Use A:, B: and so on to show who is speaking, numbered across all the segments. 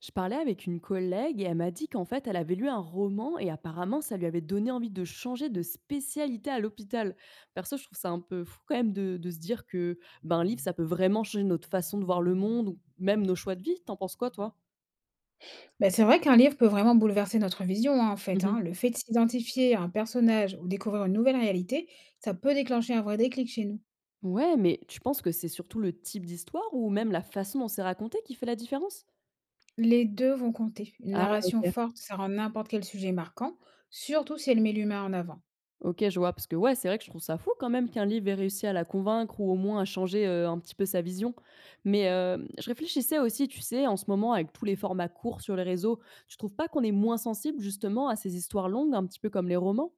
A: Je parlais avec une collègue et elle m'a dit qu'en fait, elle avait lu un roman et apparemment, ça lui avait donné envie de changer de spécialité à l'hôpital. Perso, je trouve ça un peu fou quand même de se dire que ben, un livre, ça peut vraiment changer notre façon de voir le monde ou même nos choix de vie. T'en penses quoi, toi?
B: Ben c'est vrai qu'un livre peut vraiment bouleverser notre vision, hein, en fait.
A: Mhm.
B: Hein. Le fait de s'identifier à un personnage ou découvrir une nouvelle réalité, ça peut déclencher un vrai déclic chez nous.
A: Ouais, mais tu penses que c'est surtout le type d'histoire ou même la façon dont c'est raconté qui fait la différence?
B: Les deux vont compter. Une
A: Ah,
B: narration
A: ok.
B: forte, ça rend n'importe quel sujet marquant, surtout si elle met l'humain en avant.
A: OK, je vois. Parce que ouais, c'est vrai que je trouve ça fou quand même qu'un livre ait réussi à la convaincre ou au moins à changer, un petit peu sa vision. Mais, je réfléchissais aussi, tu sais, en ce moment avec tous les formats courts sur les réseaux, tu trouves pas qu'on est moins sensible justement à ces histoires longues, un petit peu comme les romans?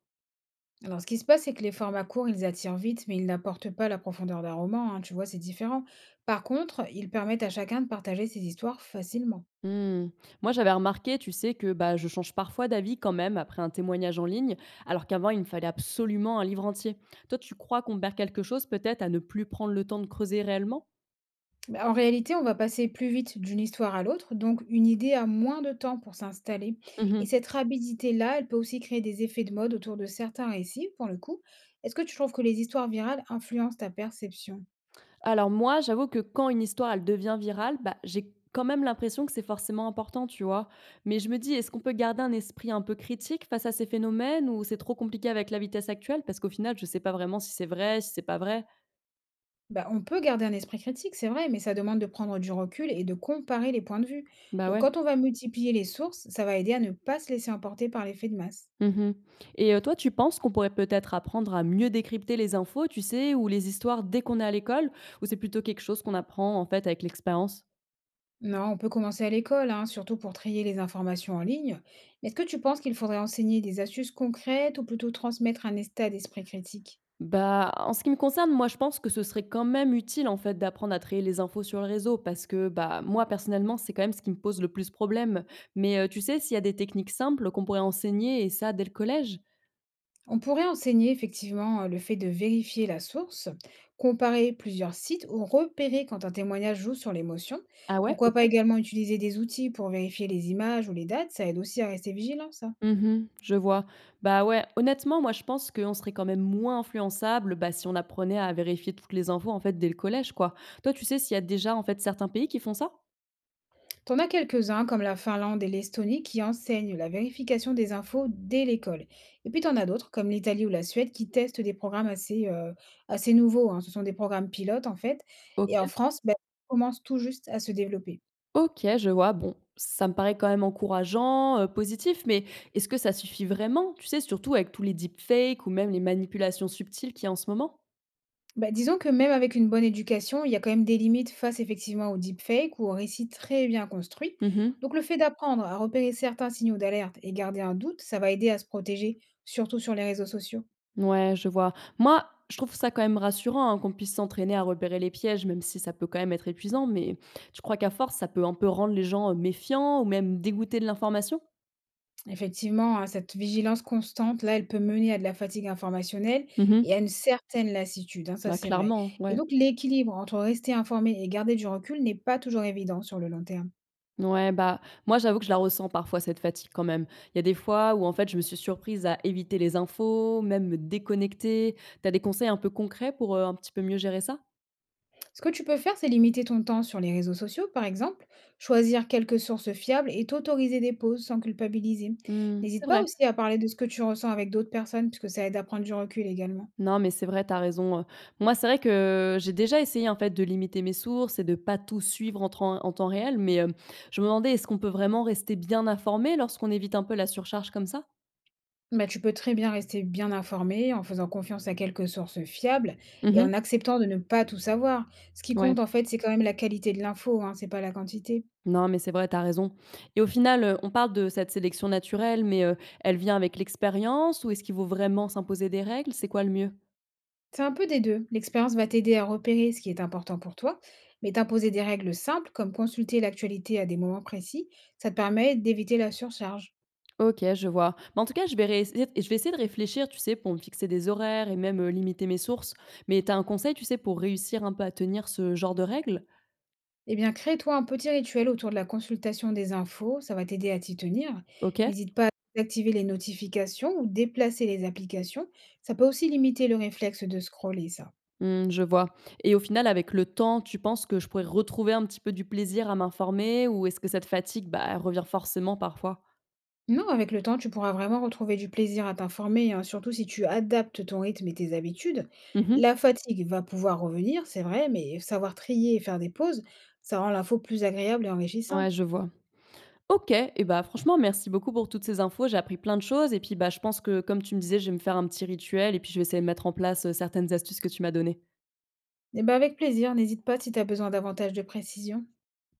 B: Alors, ce qui se passe, c'est que les formats courts, ils attirent vite, mais ils n'apportent pas la profondeur d'un roman. Hein, tu vois, c'est différent. Par contre, ils permettent à chacun de partager ses histoires facilement.
A: Mmh. Moi, j'avais remarqué, tu sais, que, bah, je change parfois d'avis quand même après un témoignage en ligne, alors qu'avant, il me fallait absolument un livre entier. Toi, tu crois qu'on perd quelque chose peut-être à ne plus prendre le temps de creuser réellement?
B: Bah, en réalité, on va passer plus vite d'une histoire à l'autre, donc une idée a moins de temps pour s'installer. Et
A: Mmh.
B: cette rapidité-là, elle peut aussi créer des effets de mode autour de certains récits, pour le coup. Est-ce que tu trouves que les histoires virales influencent ta perception?
A: Alors moi, j'avoue que quand une histoire, elle devient virale, bah, j'ai quand même l'impression que c'est forcément important, tu vois? Mais je me dis, est-ce qu'on peut garder un esprit un peu critique face à ces phénomènes ou c'est trop compliqué avec la vitesse actuelle? Parce qu'au final, je sais pas vraiment si c'est vrai, si c'est pas vrai.
B: Bah, on peut garder un esprit critique, c'est vrai, mais ça demande de prendre du recul et de comparer les points de vue.
A: Bah
B: Donc
A: ouais.
B: quand on va multiplier les sources, ça va aider à ne pas se laisser emporter par l'effet de masse.
A: Mmh. Et toi, tu penses qu'on pourrait peut-être apprendre à mieux décrypter les infos, tu sais, ou les histoires dès qu'on est à l'école? Ou c'est plutôt quelque chose qu'on apprend, en fait, avec l'expérience?
B: Non, on peut commencer à l'école, hein, surtout pour trier les informations en ligne. Mais est-ce que tu penses qu'il faudrait enseigner des astuces concrètes ou plutôt transmettre un état d'esprit critique?
A: Bah, en ce qui me concerne, moi, je pense que ce serait quand même utile, en fait, d'apprendre à trier les infos sur le réseau parce que, bah, moi, personnellement, c'est quand même ce qui me pose le plus problème. Mais, tu sais, s'il y a des techniques simples qu'on pourrait enseigner et ça dès le collège?
B: On pourrait enseigner effectivement le fait de vérifier la source, comparer plusieurs sites ou repérer quand un témoignage joue sur l'émotion.
A: Ah ouais?
B: Pourquoi
A: OK.
B: pas également utiliser des outils pour vérifier les images ou les dates, ça aide aussi à rester vigilant, ça.
A: Mmh, je vois. Bah, ouais, honnêtement, moi, je pense qu'on serait quand même moins influençable, bah, si on apprenait à vérifier toutes les infos, en fait, dès le collège, quoi. Toi, tu sais s'il y a déjà, en fait, certains pays qui font ça?
B: T'en as quelques-uns, comme la Finlande et l'Estonie, qui enseignent la vérification des infos dès l'école. Et puis t'en as d'autres, comme l'Italie ou la Suède, qui testent des programmes assez, assez nouveaux. Hein. Ce sont des programmes pilotes, en fait. Et
A: OK.
B: en France, ben, ça commence tout juste à se développer.
A: OK, je vois. Bon, ça me paraît quand même encourageant, positif, mais est-ce que ça suffit vraiment? Tu sais, surtout avec tous les deepfakes ou même les manipulations subtiles qu'il y a en ce moment?
B: Ben, disons que même avec une bonne éducation, il y a quand même des limites face effectivement au deepfake ou au récit très bien construit.
A: Mmh.
B: Donc le fait d'apprendre à repérer certains signaux d'alerte et garder un doute, ça va aider à se protéger, surtout sur les réseaux sociaux.
A: Ouais, je vois. Moi, je trouve ça quand même rassurant, hein, qu'on puisse s'entraîner à repérer les pièges, même si ça peut quand même être épuisant, mais tu crois qu'à force, ça peut un peu rendre les gens, méfiants ou même dégoûtés de l'information?
B: Effectivement, hein, cette vigilance constante, là, elle peut mener à de la fatigue informationnelle
A: Mmh.
B: et à une certaine lassitude, hein, ça
A: Bah,
B: c'est vrai.
A: clairement,
B: Et
A: ouais.
B: donc l'équilibre entre rester informé et garder du recul n'est pas toujours évident sur le long terme.
A: Ouais, bah, moi, j'avoue que je la ressens parfois, cette fatigue, quand même. Il y a des fois où, en fait, je me suis surprise à éviter les infos, même me déconnecter. T'as des conseils un peu concrets pour, un petit peu mieux gérer ça?
B: Ce que tu peux faire, c'est limiter ton temps sur les réseaux sociaux, par exemple, choisir quelques sources fiables et t'autoriser des pauses sans culpabiliser.
A: Mmh, c'est
B: N'hésite pas
A: vrai.
B: aussi à parler de ce que tu ressens avec d'autres personnes, puisque ça aide à prendre du recul également.
A: Non, mais c'est vrai, t'as raison, Moi, c'est vrai que j'ai déjà essayé, en fait, de limiter mes sources et de pas tout suivre en temps réel, mais, je me demandais, est-ce qu'on peut vraiment rester bien informé lorsqu'on évite un peu la surcharge comme ça?
B: Bah, tu peux très bien rester bien informé en faisant confiance à quelques sources fiables et
A: Mmh.
B: en acceptant de ne pas tout savoir. Ce qui
A: Ouais.
B: compte, en fait, c'est quand même la qualité de l'info, hein, c'est pas la quantité.
A: Non, mais c'est vrai, tu as raison. Et au final, on parle de cette sélection naturelle, mais elle vient avec l'expérience ou est-ce qu'il vaut vraiment s'imposer des règles? C'est quoi le mieux?
B: C'est un peu des deux. L'expérience va t'aider à repérer ce qui est important pour toi, mais t'imposer des règles simples, comme consulter l'actualité à des moments précis, ça te permet d'éviter la surcharge.
A: OK, je vois. Mais en tout cas, je vais essayer de réfléchir, tu sais, pour me fixer des horaires et même, limiter mes sources. Mais tu as un conseil, tu sais, pour réussir un peu à tenir ce genre de règles?
B: Eh bien, crée-toi un petit rituel autour de la consultation des infos, ça va t'aider à t'y tenir.
A: OK.
B: N'hésite pas à activer les notifications ou déplacer les applications, ça peut aussi limiter le réflexe de scroller, ça.
A: Mmh, je vois. Et au final, avec le temps, tu penses que je pourrais retrouver un petit peu du plaisir à m'informer ou est-ce que cette fatigue, bah, elle revient forcément parfois?
B: Non, avec le temps, tu pourras vraiment retrouver du plaisir à t'informer, hein, surtout si tu adaptes ton rythme et tes habitudes.
A: Mmh mh.
B: La fatigue va pouvoir revenir, c'est vrai, mais savoir trier et faire des pauses, ça rend l'info plus agréable et
A: Ouais,
B: enrichissante.
A: je vois. OK et bah, franchement merci beaucoup pour toutes ces infos, j'ai appris plein de choses et puis, bah, je pense que comme tu me disais, je vais me faire un petit rituel et puis je vais essayer de mettre en place, certaines astuces que tu m'as données.
B: Eh bien, avec plaisir, n'hésite pas si tu as besoin davantage de précision.